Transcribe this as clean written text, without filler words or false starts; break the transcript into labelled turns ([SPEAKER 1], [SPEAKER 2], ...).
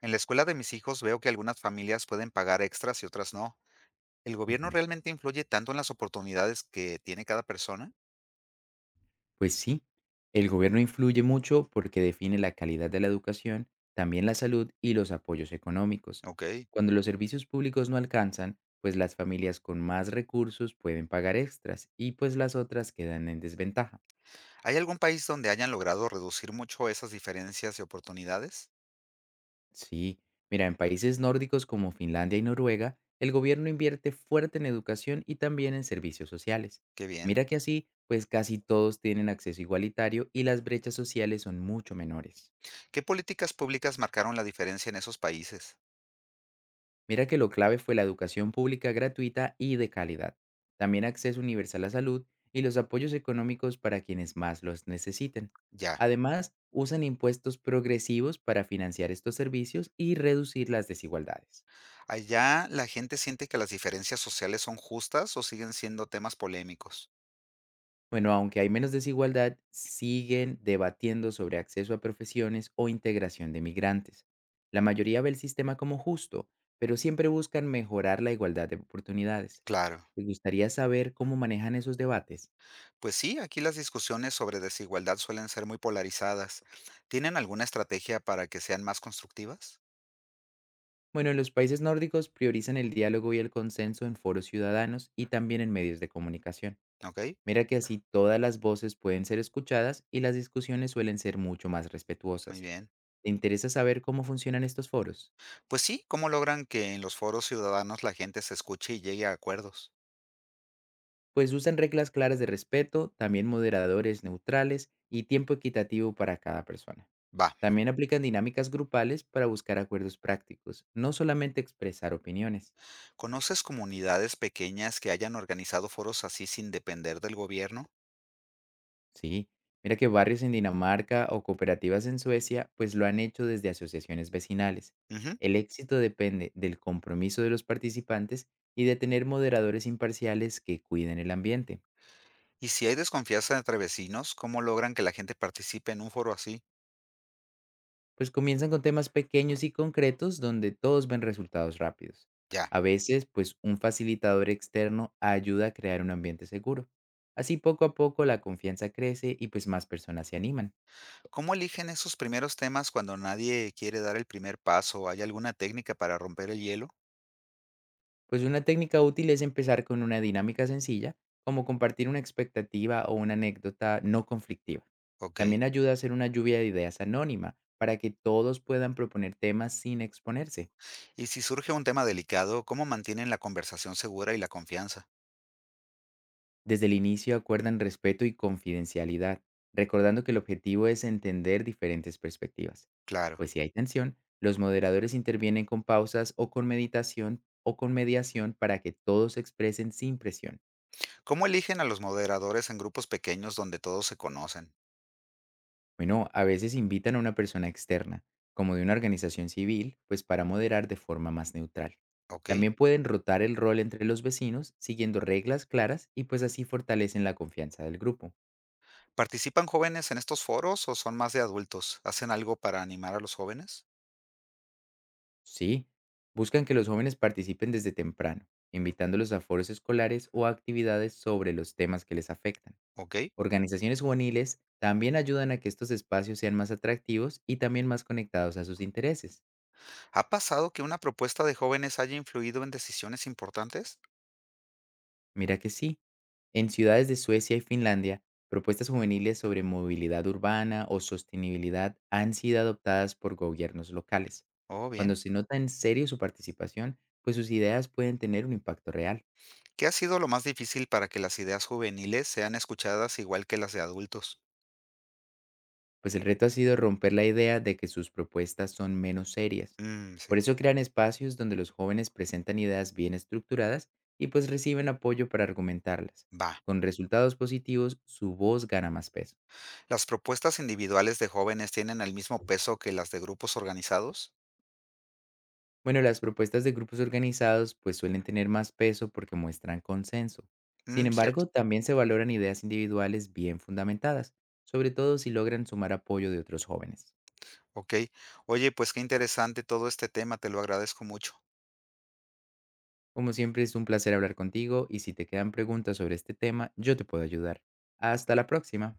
[SPEAKER 1] En la escuela de mis hijos veo que algunas familias pueden pagar extras y otras no. ¿El gobierno
[SPEAKER 2] Ujú.
[SPEAKER 1] realmente influye tanto en las oportunidades que tiene cada persona?
[SPEAKER 2] Pues sí, el gobierno influye mucho porque define la calidad de la educación, también la salud y los apoyos económicos.
[SPEAKER 1] Ok.
[SPEAKER 2] Cuando los servicios públicos no alcanzan, pues las familias con más recursos pueden pagar extras y pues las otras quedan en desventaja.
[SPEAKER 1] ¿Hay algún país donde hayan logrado reducir mucho esas diferencias de oportunidades?
[SPEAKER 2] Sí, mira, en países nórdicos como Finlandia y Noruega, el gobierno invierte fuerte en educación y también en servicios sociales.
[SPEAKER 1] Qué bien.
[SPEAKER 2] Mira que así, pues casi todos tienen acceso igualitario y las brechas sociales son mucho menores.
[SPEAKER 1] ¿Qué políticas públicas marcaron la diferencia en esos países?
[SPEAKER 2] Mira que lo clave fue la educación pública gratuita y de calidad, también acceso universal a salud y los apoyos económicos para quienes más los necesiten.
[SPEAKER 1] Ya.
[SPEAKER 2] Además, usan impuestos progresivos para financiar estos servicios y reducir las desigualdades.
[SPEAKER 1] ¿Allá la gente siente que las diferencias sociales son justas o siguen siendo temas polémicos?
[SPEAKER 2] Bueno, aunque hay menos desigualdad, siguen debatiendo sobre acceso a profesiones o integración de migrantes. La mayoría ve el sistema como justo, pero siempre buscan mejorar la igualdad de oportunidades.
[SPEAKER 1] Claro.
[SPEAKER 2] ¿Te gustaría saber cómo manejan esos debates?
[SPEAKER 1] Pues sí, aquí las discusiones sobre desigualdad suelen ser muy polarizadas. ¿Tienen alguna estrategia para que sean más constructivas?
[SPEAKER 2] Bueno, los países nórdicos priorizan el diálogo y el consenso en foros ciudadanos y también en medios de comunicación.
[SPEAKER 1] Ok,
[SPEAKER 2] Mira que así todas las voces pueden ser escuchadas y las discusiones suelen ser mucho más
[SPEAKER 1] muy
[SPEAKER 2] respetuosas.
[SPEAKER 1] bien.
[SPEAKER 2] ¿Te interesa saber cómo funcionan estos foros?
[SPEAKER 1] Pues sí, ¿cómo logran que en los foros ciudadanos la gente se escuche y llegue a acuerdos?
[SPEAKER 2] Pues usan reglas claras de respeto, también moderadores neutrales y tiempo equitativo para cada persona.
[SPEAKER 1] Va,
[SPEAKER 2] También aplican dinámicas grupales para buscar acuerdos prácticos, no solamente expresar opiniones.
[SPEAKER 1] ¿conoces comunidades pequeñas que hayan organizado foros así sin depender del gobierno?
[SPEAKER 2] Sí, mira que barrios en Dinamarca o cooperativas en Suecia pues lo han hecho desde asociaciones vecinales.
[SPEAKER 1] Ujú.
[SPEAKER 2] El éxito depende del compromiso de los participantes y de tener moderadores imparciales que cuiden el ambiente.
[SPEAKER 1] Y si hay desconfianza entre vecinos, ¿cómo logran que la gente participe en un foro así?
[SPEAKER 2] Pues comienzan con temas pequeños y concretos donde todos ven resultados rápidos.
[SPEAKER 1] Ya.
[SPEAKER 2] A veces pues un facilitador externo ayuda a crear un ambiente seguro. Así poco a poco la confianza crece y pues más personas se animan.
[SPEAKER 1] ¿Cómo eligen esos primeros temas cuando nadie quiere dar el primer paso? ¿Hay alguna técnica para romper el hielo?
[SPEAKER 2] Pues una técnica útil es empezar con una dinámica sencilla, como compartir una expectativa o una anécdota no conflictiva.
[SPEAKER 1] Ok.
[SPEAKER 2] También ayuda a hacer una lluvia de ideas anónima para que todos puedan proponer temas sin exponerse.
[SPEAKER 1] Y si surge un tema delicado, ¿cómo mantienen la conversación segura y la confianza?
[SPEAKER 2] Desde el inicio acuerdan respeto y confidencialidad, recordando que el objetivo es entender diferentes perspectivas.
[SPEAKER 1] Claro.
[SPEAKER 2] Pues si hay tensión, los moderadores intervienen con pausas o con meditación o con mediación para que todos se expresen sin presión.
[SPEAKER 1] ¿Cómo eligen a los moderadores en grupos pequeños donde todos se conocen?
[SPEAKER 2] Bueno, a veces invitan a una persona externa, como de una organización civil, pues para moderar de forma más neutral.
[SPEAKER 1] ¿Ok?
[SPEAKER 2] También pueden rotar el rol entre los vecinos, siguiendo reglas claras y pues así fortalecen la confianza del grupo.
[SPEAKER 1] ¿Participan jóvenes en estos foros o son más de adultos? ¿Hacen algo para animar a los jóvenes?
[SPEAKER 2] Sí, buscan que los jóvenes participen desde temprano, invitándolos a foros escolares o a actividades sobre los temas que les afectan.
[SPEAKER 1] ¿Ok?
[SPEAKER 2] Organizaciones juveniles también ayudan a que estos espacios sean más atractivos y también más conectados a sus intereses.
[SPEAKER 1] ¿Ha pasado que una propuesta de jóvenes haya influido en decisiones importantes?
[SPEAKER 2] Mira que sí. En ciudades de Suecia y Finlandia, propuestas juveniles sobre movilidad urbana o sostenibilidad han sido adoptadas por gobiernos locales.
[SPEAKER 1] Oh, bien.
[SPEAKER 2] Cuando se nota en serio su participación, pues sus ideas pueden tener un impacto real.
[SPEAKER 1] ¿Qué ha sido lo más difícil para que las ideas juveniles sean escuchadas igual que las de adultos?
[SPEAKER 2] Pues el reto ha sido romper la idea de que sus propuestas son menos serias. Por
[SPEAKER 1] Sí.
[SPEAKER 2] eso crean espacios donde los jóvenes presentan ideas bien estructuradas y pues reciben apoyo para argumentarlas.
[SPEAKER 1] Va.
[SPEAKER 2] Con resultados positivos, su voz gana más peso.
[SPEAKER 1] ¿Las propuestas individuales de jóvenes tienen el mismo peso que las de grupos organizados?
[SPEAKER 2] Bueno, las propuestas de grupos organizados pues suelen tener más peso porque muestran consenso. Sin
[SPEAKER 1] Cierto.
[SPEAKER 2] embargo, también se valoran ideas individuales bien fundamentadas, sobre todo si logran sumar apoyo de otros jóvenes.
[SPEAKER 1] Ok. Oye, pues qué interesante todo este tema, te lo agradezco mucho.
[SPEAKER 2] Como siempre es un placer hablar contigo y si te quedan preguntas sobre este tema, yo te puedo ayudar. Hasta la próxima.